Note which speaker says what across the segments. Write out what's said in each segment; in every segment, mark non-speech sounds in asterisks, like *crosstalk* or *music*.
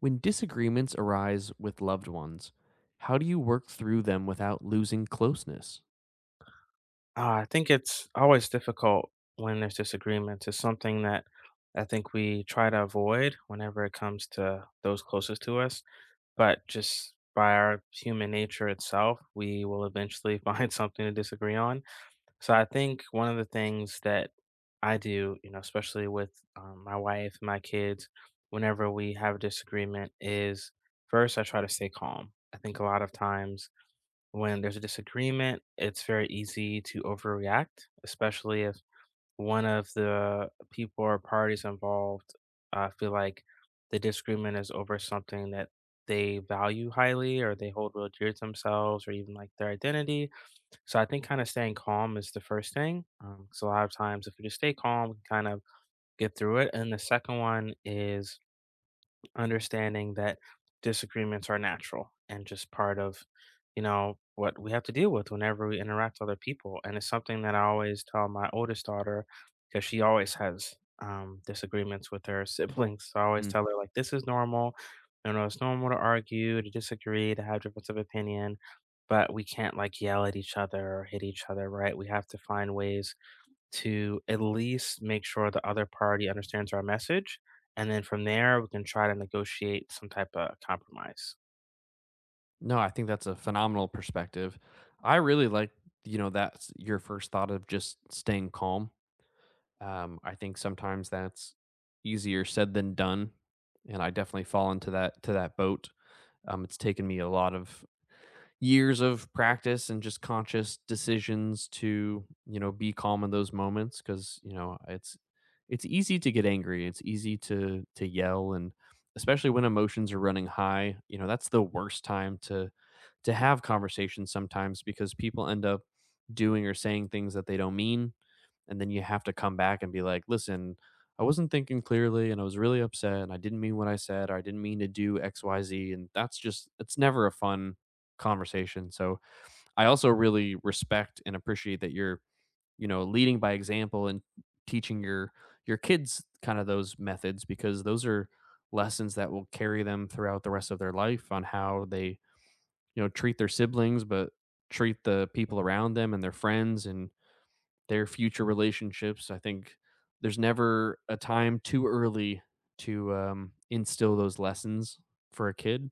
Speaker 1: When disagreements arise with loved ones, how do you work through them without losing closeness?
Speaker 2: Ah, I think it's always difficult when there's disagreements. It's something that I think we try to avoid whenever it comes to those closest to us. But just by our human nature itself, we will eventually *laughs* find something to disagree on. So I think one of the things that I do, you know, especially with my wife and my kids, whenever we have a disagreement, is first I try to stay calm. I think a lot of times when there's a disagreement, it's very easy to overreact, especially if one of the people or parties involved feel like the disagreement is over something that they value highly or they hold real dear to themselves or even like their identity. So I think kind of staying calm is the first thing. 'Cause a lot of times, if we just stay calm, we can kind of get through it. And the second one is understanding that disagreements are natural and just part of, you know, what we have to deal with whenever we interact with other people. And it's something that I always tell my oldest daughter because she always has disagreements with her *laughs* siblings. So I always
Speaker 1: Mm.
Speaker 2: tell her, like, this is normal. You know, it's normal to argue, to disagree, to have difference of opinion, but we can't like yell at each other or hit each other, right? We have to find ways to at least make sure the other party understands our message. And then from there, we can try to negotiate some type of compromise.
Speaker 1: No, I think that's a phenomenal perspective. I really like, that's your first thought of just staying calm. I think sometimes that's easier said than done, and I definitely fall into that boat. It's taken me a lot of years of practice and just conscious decisions to, you know, be calm in those moments because, you know, it's easy to get angry. It's easy to yell and especially when emotions are running high, you know, that's the worst time to have conversations sometimes because people end up doing or saying things that they don't mean, and then you have to come back and be like, "Listen, I wasn't thinking clearly and I was really upset and I didn't mean what I said or I didn't mean to do XYZ." And that's just it's never a fun conversation. So, I also really respect and appreciate that you're, you know, leading by example and teaching your kids kind of those methods because those are lessons that will carry them throughout the rest of their life on how they, you know, treat their siblings, but treat the people around them and their friends and their future relationships. I think there's never a time too early to instill those lessons for a kid.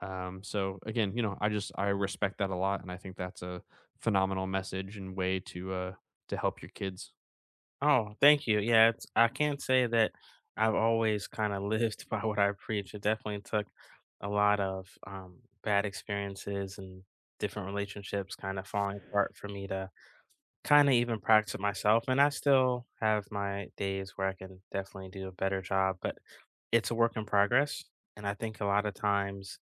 Speaker 1: So again, you know, I respect that a lot, and I think that's a phenomenal message and way to help your kids.
Speaker 2: Oh, thank you. Yeah, it's, I can't say that I've always kind of lived *laughs* by what I preach. It definitely took a lot of bad experiences and different relationships kind of falling apart for me to kind of even practice it myself. And I still have my days where I can definitely do a better job, but it's a work in progress. And I think a lot of times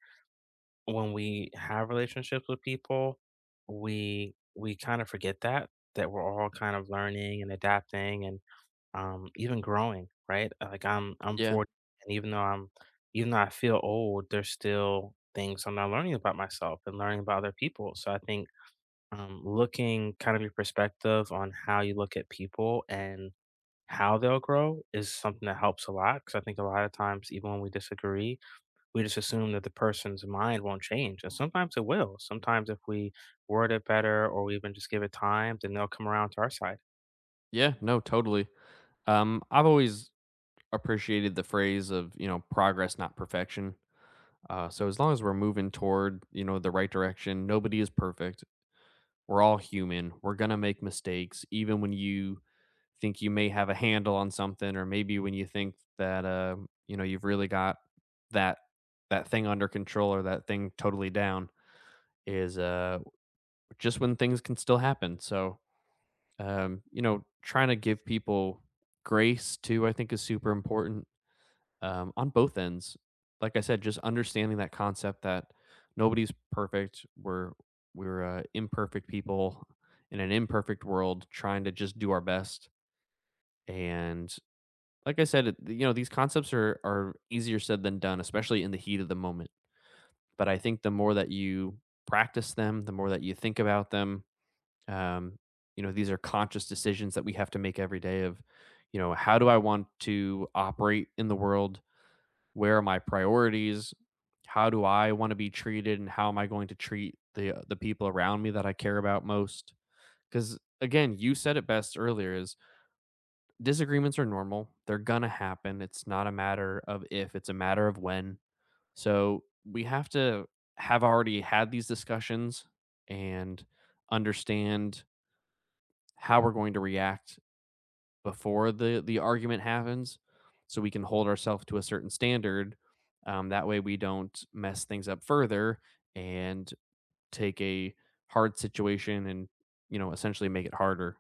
Speaker 2: when we have relationships with people, we kind of forget that that we're all kind of learning and adapting and even growing, right? Like I'm
Speaker 1: Yeah,
Speaker 2: 40, and even though I'm even though I feel old, there's still things I'm not learning about myself and learning about other people. So I think looking kind of your perspective on how you look at people and how they'll grow is something that helps a lot because I think a lot of times even when we disagree we just assume that the person's mind won't change. And sometimes it will. Sometimes if we word it better or we even just give it time, then they'll come around to our side.
Speaker 1: yeah, no, totally. I've always appreciated the phrase of, you know, progress, not perfection. So as long as we're moving toward, you know, the right direction, nobody is perfect. We're all human. We're gonna make mistakes, even when you think you may have a handle on something or maybe when you think that you know, you've really got that that thing under control or that thing totally down is just when things can still happen. So, you know, trying to give people grace too, I think, is super important, on both ends. Like I said, just understanding that concept that nobody's perfect. We're imperfect people in an imperfect world trying to just do our best. And like I said, you know, these concepts are easier said than done, especially in the heat of the moment. But I think the more that you practice them, the more that you think about them, um, you know, these are conscious decisions that we have to make every day of, you know, how do I want to operate in the world? Where are my priorities? How do I want to be treated and how am I going to treat the people around me that I care about most? Cuz again, you said it best earlier is disagreements are normal. They're going to happen. It's not a matter of if, it's a matter of when. So we have to have already had these discussions and understand how we're going to react before the argument happens so we can hold ourselves to a certain standard. That way we don't mess things up further and take a hard situation and, you know, essentially make it harder.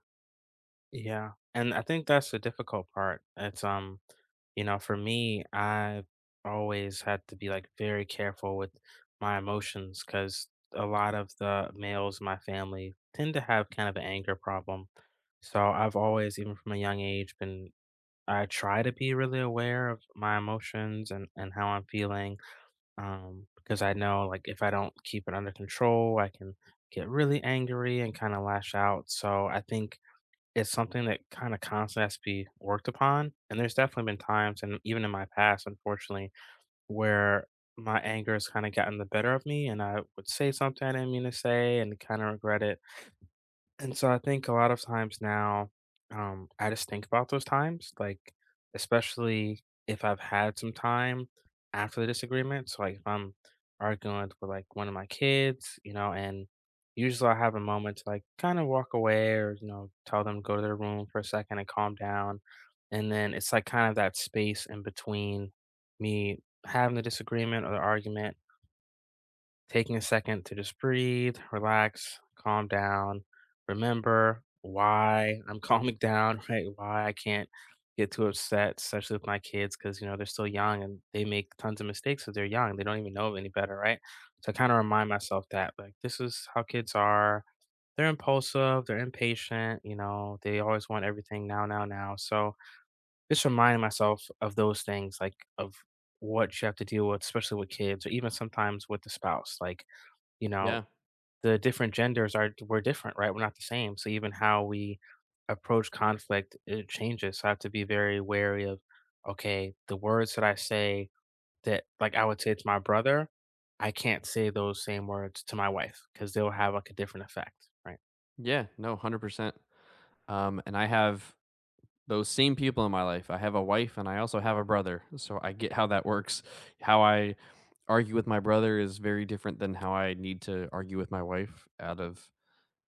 Speaker 2: Yeah. And I think that's the difficult part. It's you know, for me, I've always had to be like very careful with my emotions because a lot of the males in my family tend to have kind of an anger problem. So I've always, even from a young age, been I try to be really aware of my emotions and how I'm feeling because I know like if I don't keep it under control, I can get really angry and kind of lash out. So I think it's something that kind of constantly has to be worked upon. And there's definitely been times, and even in my past, unfortunately, where my anger has kind of gotten the better of me, and I would say something I didn't mean to say, and kind of regret it. And so I think a lot of times now, I just think about those times, like, especially if I've had some time after the disagreement. So, like, if I'm arguing with like one of my kids, you know, and usually I have a moment to like kind of walk away or, you know, tell them to go to their room for a second and calm down. And then it's like kind of that space in between me having the disagreement or the argument taking a second to just breathe, relax, calm down, remember why I'm calming down, *laughs* right? Why I can't get too upset, especially with my kids, because you know they're still young and they make tons of mistakes because they're young. They don't even know any better, right? So I kind of remind myself that like this is how kids are. They're impulsive, they're impatient, you know, they always want everything now, now, now. So just reminding myself of those things, like of what you have to deal with, especially with kids, or even sometimes with the spouse. Like you know,
Speaker 1: Yeah.
Speaker 2: the different genders are we're different, right? We're not the same. So even how we approach conflict, it changes. So I have to be very wary of, okay, the words that I say that like I would say to my brother, I can't say those same words to my wife because they'll have like a different effect, right?
Speaker 1: Yeah. No, 100%. And I have those same people in my life. I have a wife and I also have a brother. So I get how that works. How I argue with my brother is very different than how I need to argue with my wife out of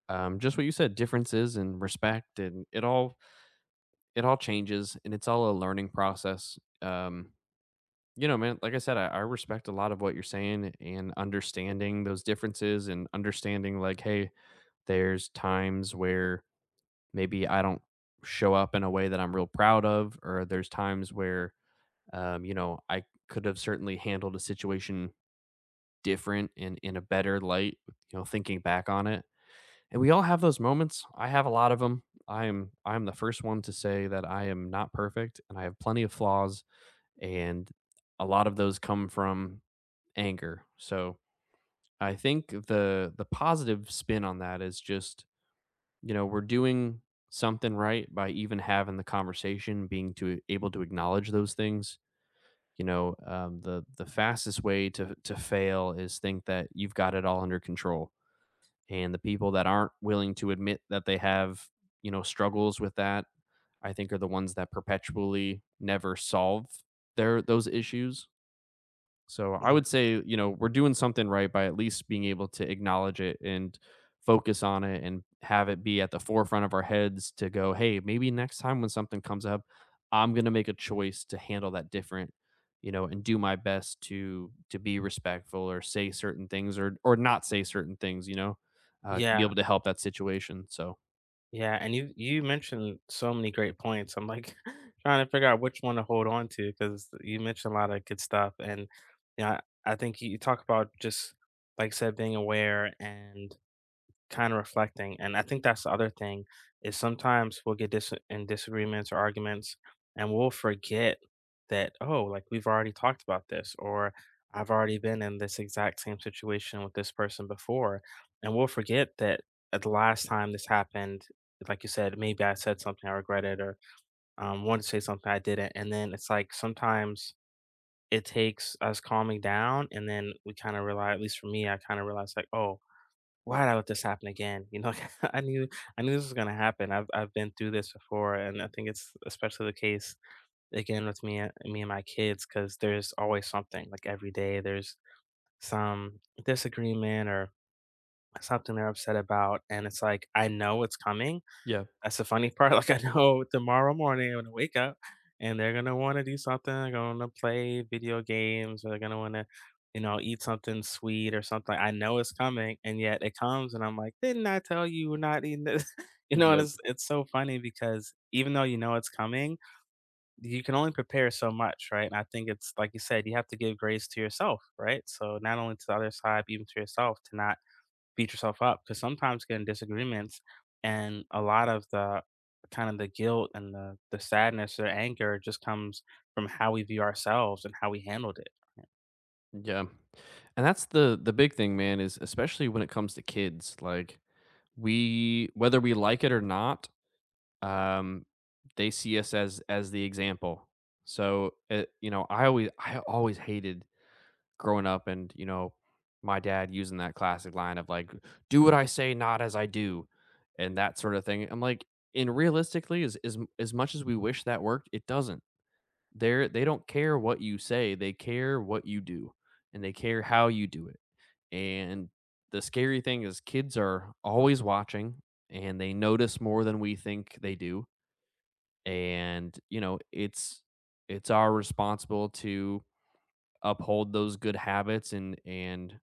Speaker 1: just what you said, differences and respect, and it all changes and it's all a learning process. You know, man, like I said, I respect a lot of what you're saying and understanding those differences and understanding, like, hey, there's times where maybe I don't show up in a way that I'm real proud of, or there's times where, you know, I could have certainly handled a situation different and in a better light, you know, thinking back on it. And we all have those moments. I have a lot of them. I am the first one to say that I am not perfect and I have plenty of flaws, and a lot of those come from anger. So, I think the positive spin on that is just, you know, we're doing something right by even having the conversation, being to able to acknowledge those things. You know, the fastest way to fail is think that you've got it all under control. And the people that aren't willing to admit that they have, you know, struggles with that, I think are the ones that perpetually never solve their those issues. So I
Speaker 2: Yeah.
Speaker 1: would say, you know, we're doing something right by at least being able to acknowledge it and focus on it and have it be at the forefront of our heads to go, hey, maybe next time when something comes up, I'm going to make a choice to handle that different, you know, and do my best to be respectful or say certain things or not say certain things, you know, to be
Speaker 2: Yeah,
Speaker 1: able to help that situation. So,
Speaker 2: Yeah, and you mentioned so many great points. I'm like *laughs* trying to figure out which one to hold on to because you mentioned a lot of good stuff. And yeah, I think you talk about just like I said, being aware and kind of reflecting, and I think that's the other thing is sometimes we'll get dis in disagreements or arguments, and we'll forget that, "Oh, like, we've already talked about this," or, "I've already been in this exact same situation with this person before," and we'll forget that at the last time this happened, like you said, maybe I said something I regretted or, wanted to say something I didn't, and then it's like sometimes it takes us calming down, and then we kinda realize. At least for me, I kinda realize like, "Oh, why would this happen again? You know, *laughs* I knew I knew this was gonna happen. I've been through this before," and I think it's especially the case again with me and me and my kids because there's always something like every day there's some disagreement or something they're upset about, and it's like I know it's coming,
Speaker 1: yeah,
Speaker 2: that's the funny part, *laughs* like, I know tomorrow morning I'm gonna wake up and they're gonna wanna do something, they're gonna play video games, or they're gonna wanna, you know, eat something sweet or something, I know it's coming, and yet it comes, and I'm like, "Didn't I tell you we're not eating this?" *laughs* You know, and
Speaker 1: yep,
Speaker 2: it's so funny because even though you know it's coming, you can only prepare so much, right? And I think it's like you said, you have to give grace to yourself, right? So not only to the other side, but even to yourself to not beat yourself up because sometimes getting disagreements and a lot of the kind of the guilt and the sadness or anger just comes from how we view ourselves and how we handled it.
Speaker 1: yeah, and that's the big thing, man. Is especially when it comes to kids, like, we, whether we like it or not, um they see us as the example. So it, you know, I always hated growing up and, you know, my dad using that classic line of like, "Do what I say, not as I do," and that sort of thing. I'm like, and realistically, as much as we wish that worked, it doesn't. They don't care what you say, they care what you do, and they care how you do it. And the scary thing is kids are always watching and they notice more than we think they do. And, you know, it's our responsible to uphold those good habits and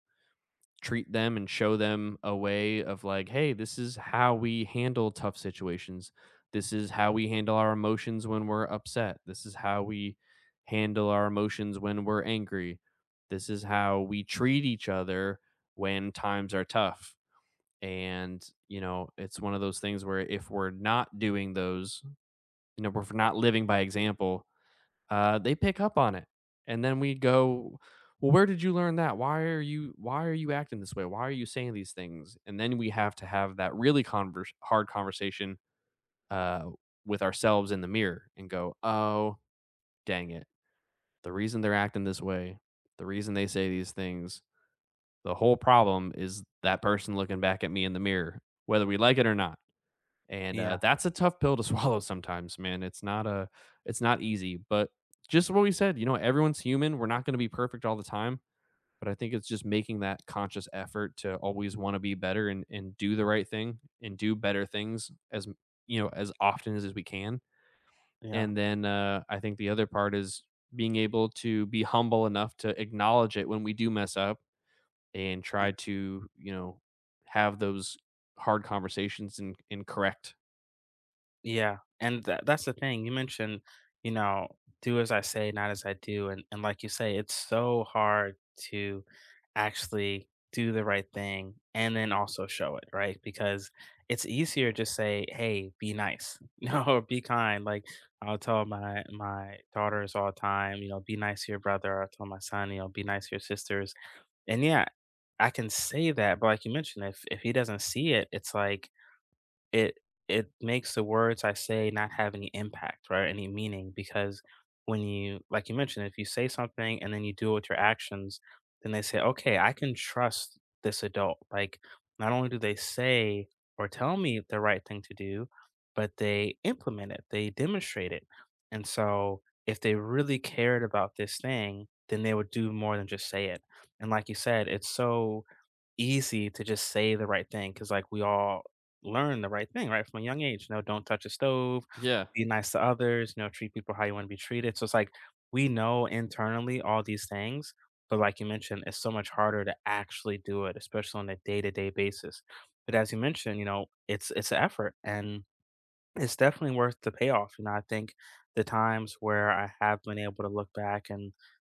Speaker 1: treat them and show them a way of, like, hey, this is how we handle tough situations. This is how we handle our emotions when we're upset. This is how we handle our emotions when we're angry. This is how we treat each other when times are tough. And, you know, it's one of those things where if we're not doing those, you know, if we're not living by example, they pick up on it. And then we go, well, where did you learn that? Why are you, why are you acting this way? Why are you saying these things? And then we have to have that really hard conversation, uh with ourselves in the mirror, and go, oh, dang it, the reason they're acting this way, the reason they say these things, the whole problem is that person looking back at me in the mirror, whether we like it or not. And
Speaker 2: Yeah,
Speaker 1: that's a tough pill to *laughs* swallow sometimes, man. It's not easy, but just what we said, you know, everyone's human, we're not going to be perfect all the time, but I think it's just making that conscious effort to always want to be better and, do the right thing and do better things as, you know, as often as, we can.
Speaker 2: yeah.
Speaker 1: And then I think the other part is being able to be humble enough to acknowledge it when we do mess up and try to, you know, have those hard conversations and, correct.
Speaker 2: Yeah, and that's the thing, you mentioned, you know, "Do as I say, not as I do," and like you say, it's so hard to actually do the right thing and then also show it, right? Because it's easier to say, "Hey, be nice," *laughs* you know, or, "Be kind," like, I'll tell my daughters all the time, you know, "Be nice to your brother," I'll tell my son, you know, "Be nice to your sisters," and yeah, I can say that, but like you mentioned, if he doesn't see it, it's like it it makes the words I say not have any impact, right? Any meaning because when you like you mentioned, if you say something and then you do it with your actions, then they say, okay, I can trust this adult. Like not only do they say or tell me the right thing to do, but they implement it, they demonstrate it. And so if they really cared about this thing, then they would do more than just say it. And like you said, it's so easy to just say the right thing because like we all learn the right thing right from a young age, you know, don't touch a stove,
Speaker 1: Yeah.
Speaker 2: be nice to others, you know, treat people how you want to be treated. So it's like we know internally all these things, but like you mentioned, it's so much harder to actually do it, especially on a day-to-day basis, but as you mentioned, you know, it's an effort and it's definitely worth the payoff, you know. I think the times where I have been able to look back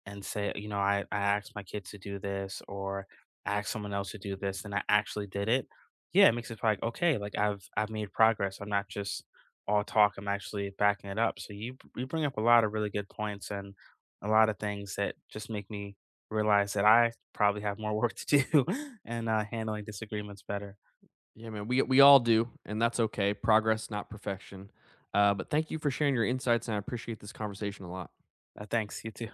Speaker 2: and say, you know, I asked my kid to do this or I asked someone else to do this and I actually did it. Yeah, it makes it feel like, okay, like I've made progress. I'm not just all talk. I'm actually backing it up. So you bring up a lot of really good points and a lot of things that just make me realize that I probably have more *laughs* work to do *laughs* and handling disagreements better.
Speaker 1: Yeah, man, we all do, and that's okay. Progress, not perfection. But thank you for sharing your insights, and I appreciate this conversation a lot.
Speaker 2: Thanks. You too.